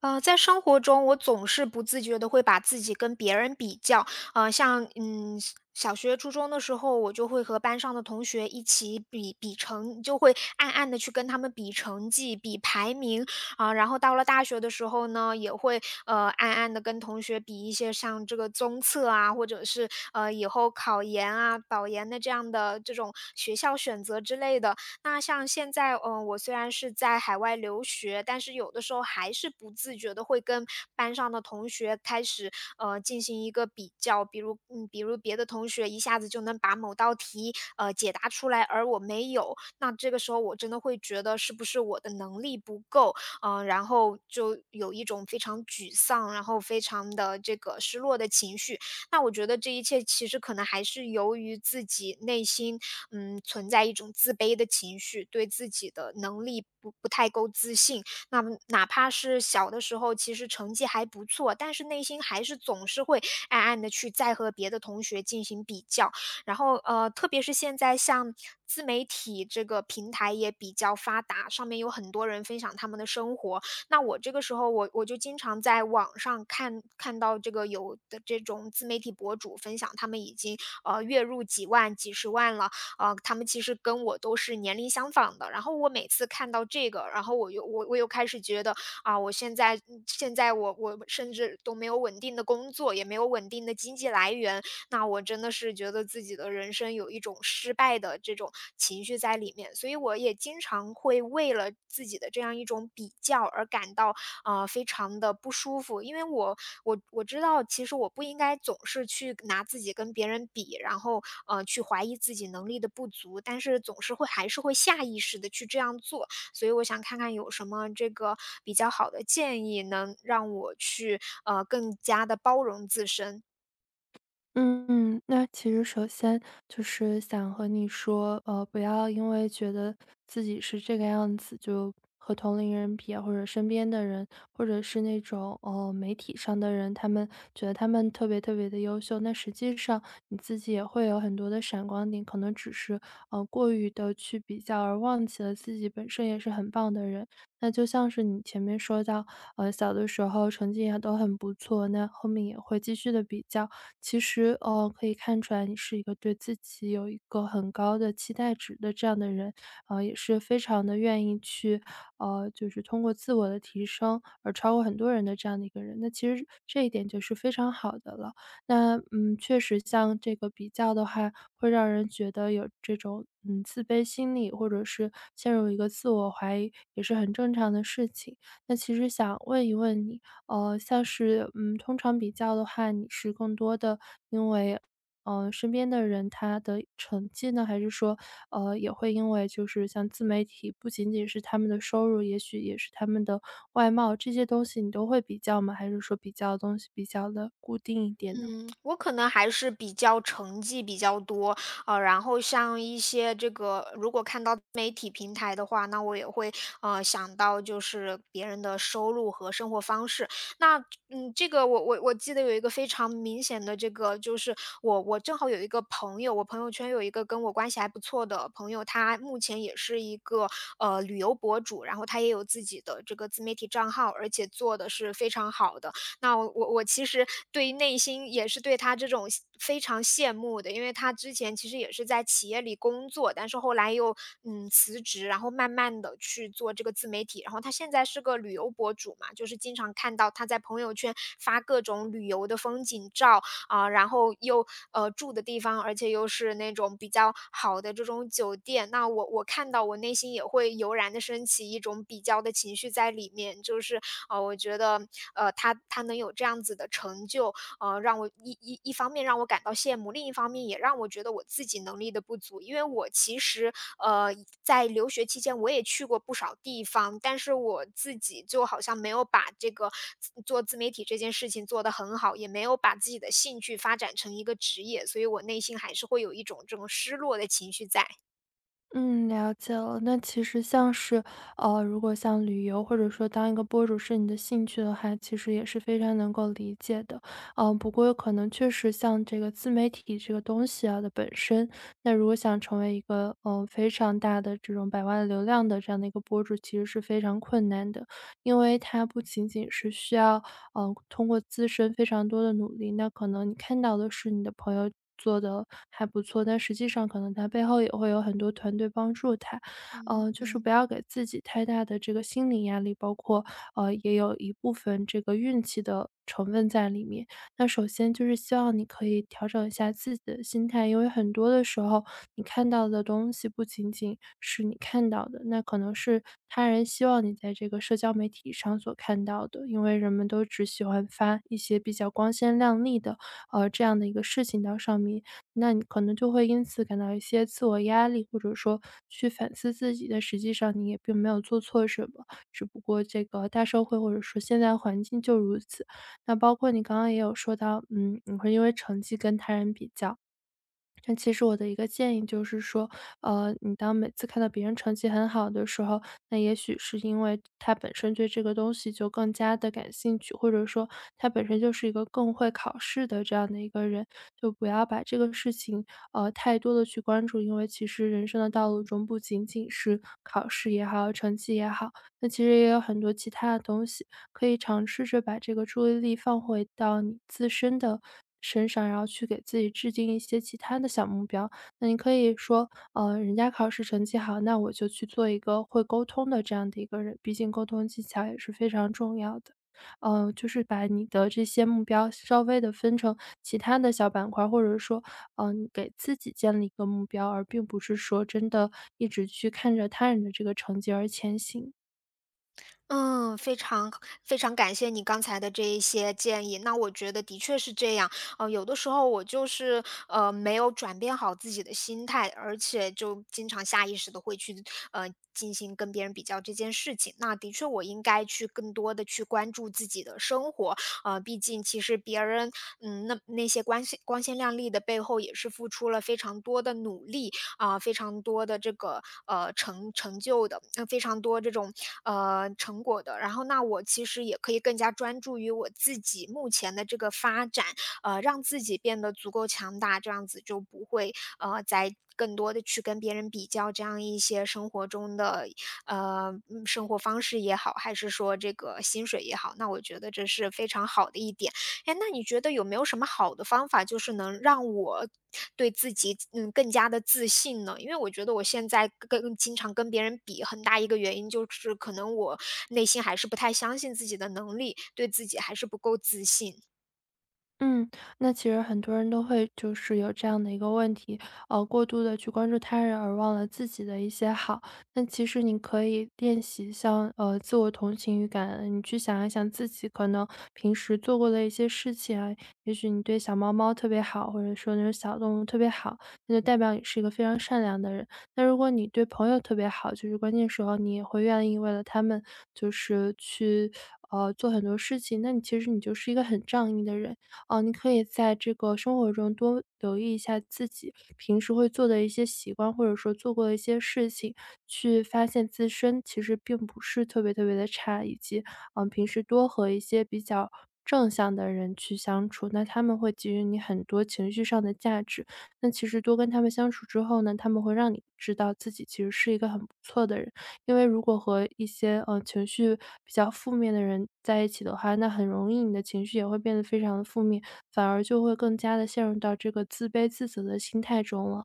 在生活中，我总是不自觉的会把自己跟别人比较。呃，像嗯，小学、初中的时候，我就会和班上的同学一起比比成，就会暗暗的去跟他们比成绩、比排名啊。然后到了大学的时候呢，也会暗暗的跟同学比一些像这个综测啊，或者是以后考研啊、保研的这样的这种学校选择之类的。那像现在，嗯，我虽然是在海外留学，但是有的时候还是不自觉的会跟班上的同学开始，进行一个比较。比如别的同学一下子就能把某道题，解答出来，而我没有，那这个时候我真的会觉得是不是我的能力不够，然后就有一种非常沮丧，然后非常的这个失落的情绪。那我觉得这一切其实可能还是由于自己内心，嗯，存在一种自卑的情绪，对自己的能力不太够自信。那么哪怕是小的时候，其实成绩还不错，但是内心还是总是会暗暗的去再和别的同学进行比较。然后特别是现在像自媒体这个平台也比较发达，上面有很多人分享他们的生活，那我这个时候我就经常在网上看到这个有的这种自媒体博主分享，他们已经月入几万、几十万了，呃，他们其实跟我都是年龄相仿的。然后我每次看到这个，然后我又我我又开始觉得啊，我现在我甚至都没有稳定的工作，也没有稳定的经济来源，那我真的是觉得自己的人生有一种失败的这种情绪在里面，所以我也经常会为了自己的这样一种比较而感到非常的不舒服，因为我知道其实我不应该总是去拿自己跟别人比，然后去怀疑自己能力的不足，但是总是会还是会下意识的去这样做，所以我想看看有什么这个比较好的建议能让我去更加的包容自身。嗯，那其实首先就是想和你说，不要因为觉得自己是这个样子，就和同龄人比啊，或者身边的人，或者是那种媒体上的人，他们觉得他们特别特别的优秀，那实际上你自己也会有很多的闪光点，可能只是过于的去比较，而忘记了自己本身也是很棒的人。那就像是你前面说到，小的时候成绩也都很不错，那后面也会继续的比较。其实，可以看出来你是一个对自己有一个很高的期待值的这样的人，也是非常的愿意去，就是通过自我的提升而超过很多人的这样的一个人。那其实这一点就是非常好的了。那，嗯，确实像这个比较的话，会让人觉得有这种，嗯，自卑心理，或者是陷入一个自我怀疑，也是很正常的事情。那其实想问一问你，像是，嗯，通常比较的话，你是更多的因为，身边的人他的成绩呢，还是说，也会因为就是像自媒体，不仅仅是他们的收入，也许也是他们的外貌，这些东西你都会比较吗？还是说比较的东西比较的固定一点呢？嗯，我可能还是比较成绩比较多，呃，然后像一些这个，如果看到媒体平台的话，那我也会想到就是别人的收入和生活方式。那嗯，这个我记得有一个非常明显的这个，就是我正好有一个朋友，我朋友圈有一个跟我关系还不错的朋友，他目前也是一个旅游博主，然后他也有自己的这个自媒体账号，而且做的是非常好的。那我其实对于内心也是对他这种非常羡慕的，因为他之前其实也是在企业里工作，但是后来又辞职，然后慢慢的去做这个自媒体，然后他现在是个旅游博主嘛，就是经常看到他在朋友圈发各种旅游的风景照，啊、然后又住的地方，而且又是那种比较好的这种酒店，那我看到我内心也会油然的升起一种比较的情绪在里面，就是我觉得他能有这样子的成就，呃，让我一方面让我感到羡慕，另一方面也让我觉得我自己能力的不足。因为我其实，呃，在留学期间我也去过不少地方，但是我自己就好像没有把这个自媒体这件事情做得很好，也没有把自己的兴趣发展成一个职业，所以我内心还是会有一种这种失落的情绪在。嗯，了解了。那其实像是，如果像旅游或者说当一个博主是你的兴趣的话，其实也是非常能够理解的。嗯，不过可能确实像这个自媒体这个东西啊的本身，那如果想成为一个非常大的这种百万流量的这样的一个博主，其实是非常困难的，因为它不仅仅是需要通过自身非常多的努力，那可能你看到的是你的朋友做的还不错，但实际上可能他背后也会有很多团队帮助他。嗯就是不嗯要给自己太大的这个心理压力，包括，也有一部分这个运气的成分在里面。那首先就是希望你可以调整一下自己的心态，因为很多的时候，你看到的东西不仅仅是你看到的，那可能是他人希望你在这个社交媒体上所看到的。因为人们都只喜欢发一些比较光鲜亮丽的，这样的一个事情到上面，那你可能就会因此感到一些自我压力，或者说去反思自己。的，实际上你也并没有做错什么，只不过这个大社会或者说现在环境就如此。那包括你刚刚也有说到，嗯，你会因为成绩跟他人比较。但其实我的一个建议就是说，你当每次看到别人成绩很好的时候，那也许是因为他本身对这个东西就更加的感兴趣，或者说他本身就是一个更会考试的这样的一个人，就不要把这个事情太多的去关注，因为其实人生的道路嗯。中不仅仅是考试也好，成绩也好，那其实也有很多其他的东西，可以尝试着把这个注意力放回到你自身的身上，然后去给自己制定一些其他的小目标。那你可以说，人家考试成绩好，那我就去做一个会沟通的这样的一个人，毕竟沟通技巧也是非常重要的。就是把你的这些目标稍微的分成其他的小板块儿或者说，嗯、你给自己建立一个目标，而并不是说真的一直去看着他人的这个成绩而前行。嗯，非常非常感谢你刚才的这一些建议。那我觉得的确是这样，呃，有的时候我就是没有转变好自己的心态，而且就经常下意识的会去进行跟别人比较这件事情。那的确，我应该去更多的去关注自己的生活，呃，毕竟其实别人那些光鲜亮丽的背后，也是付出了非常多的努力。啊、非常多的这个成就的，非常多这种成果的。然后那我其实也可以更加专注于我自己目前的这个发展，呃，让自己变得足够强大，这样子就不会再更多的去跟别人比较这样一些生活中的生活方式也好，还是说这个薪水也好，那我觉得这是非常好的一点。哎，那你觉得有没有什么好的方法，就是能让我对自己，嗯，更加的自信呢？因为我觉得我现在跟经常跟别人比，很大一个原因就是可能我内心还是不太相信自己的能力，对自己还是不够自信。嗯，那其实很多人都会就是有这样的一个问题，过度的去关注他人而忘了自己的一些好。那其实你可以练习像，自我同情与感恩，你去想一想自己可能平时做过的一些事情啊，也许你对小猫猫特别好，或者说那种小动物特别好，那就代表你是一个非常善良的人。那如果你对朋友特别好，就是关键时候你也会愿意为了他们就是去，做很多事情，那你其实你就是一个很仗义的人。哦，你可以在这个生活中多留意一下自己平时会做的一些习惯，或者说做过的一些事情，去发现自身其实并不是特别特别的差，以及嗯、平时多和一些比较正向的人去相处，那他们会给予你很多情绪上的价值。那其实多跟他们相处之后呢，他们会让你知道自己其实是一个很不错的人。因为如果和一些，情绪比较负面的人在一起的话，那很容易你的情绪也会变得非常的负面，反而就会更加的陷入到这个自卑自责的心态中了。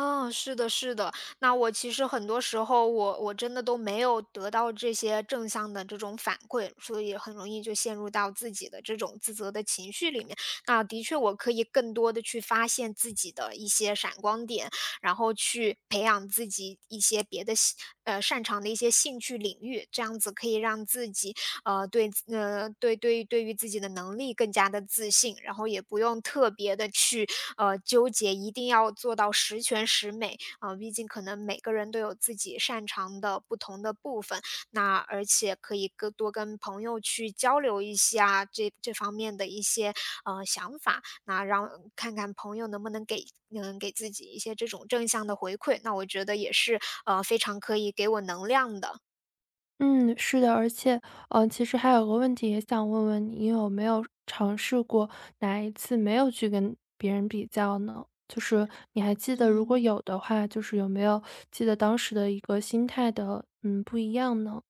嗯，是的，是的。那我其实很多时候我真的都没有得到这些正向的这种反馈，所以很容易就陷入到自己的这种自责的情绪里面。那的确，我可以更多的去发现自己的一些闪光点，然后去培养自己一些别的兴呃擅长的一些兴趣领域，这样子可以让自己呃对自呃对对对于自己的能力更加的自信，然后也不用特别的去纠结一定要做到十全十美，啊，毕竟可能每个人都有自己擅长的不同的部分，那而且可以更多跟朋友去交流一下这方面的一些，呃，想法，那让看看朋友能不能给嗯，给自己一些这种正向的回馈，那我觉得也是，呃，非常可以给我能量的，嗯，是的，而且，嗯，其实还有个问题也想问问你，你有没有尝试过哪一次没有去跟别人比较呢？就是你还记得如果嗯。有的话，就是有没有记得当时的一个心态的，嗯，不一样呢？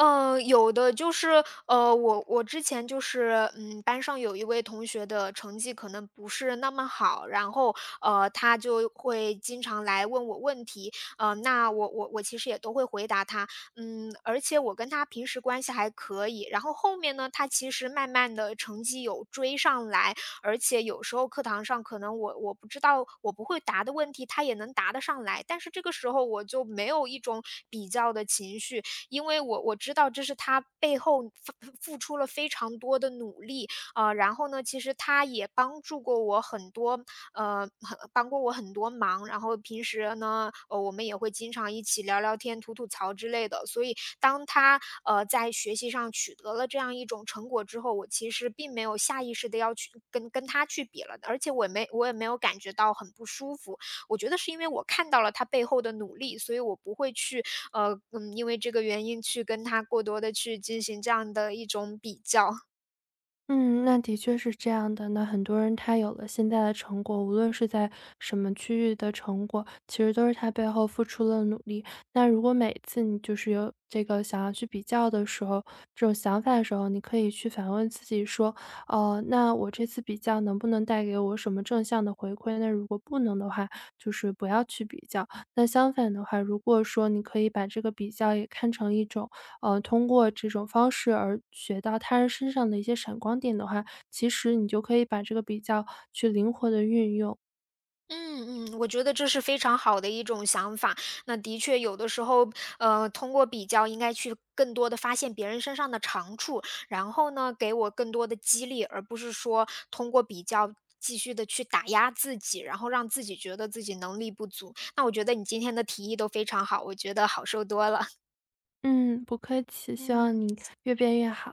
嗯，有的就是，呃，我之前就是，嗯，班上有一位同学的成绩可能不是那么好，然后，呃，他就会经常来问我问题，呃，那我其实也都会回答他，嗯，而且我跟他平时关系还可以，然后后面呢，他其实慢慢的成绩有追上来，而且有时候课堂上可能我不知道我不会答的问题，他也能答得上来，但是这个时候我就没有一种比较的情绪。因为我知道这是他背后付出了非常多的努力啊，呃，然后呢，其实他也帮助过我很多，呃，帮过我很多忙，然后平时呢，呃，我们也会经常一起聊聊天、吐吐槽之类的，所以当他在学习上取得了这样一种成果之后，我其实并没有下意识的要去跟他去比了，而且我也没有感觉到很不舒服，我觉得是因为我看到了他背后的努力，所以我不会去因为这个原因去跟他过多的去进行这样的一种比较。嗯，那的确是这样的。那很多人他有了现在的成果，无论是在什么区域的成果，其实都是他背后付出了努力。那如果每次你就是有这个想要去比较的时候，这种想法的时候，你可以去反问自己说，哦，那我这次比较能不能带给我什么正向的回馈？那如果不能的话，就是不要去比较。那相反的话，如果说你可以把这个比较也看成一种通过这种方式而学到他人身上的一些闪光点的话，其实你就可以把这个比较去灵活的运用。嗯嗯，我觉得这是非常好的一种想法。那的确有的时候，呃，通过比较应该去更多的发现别人身上的长处，然后呢，给我更多的激励，而不是说通过比较继续的去打压自己，然后让自己觉得自己能力不足。那我觉得你今天的提议都非常好，我觉得好受多了。嗯，不客气，希望嗯。你越变越好。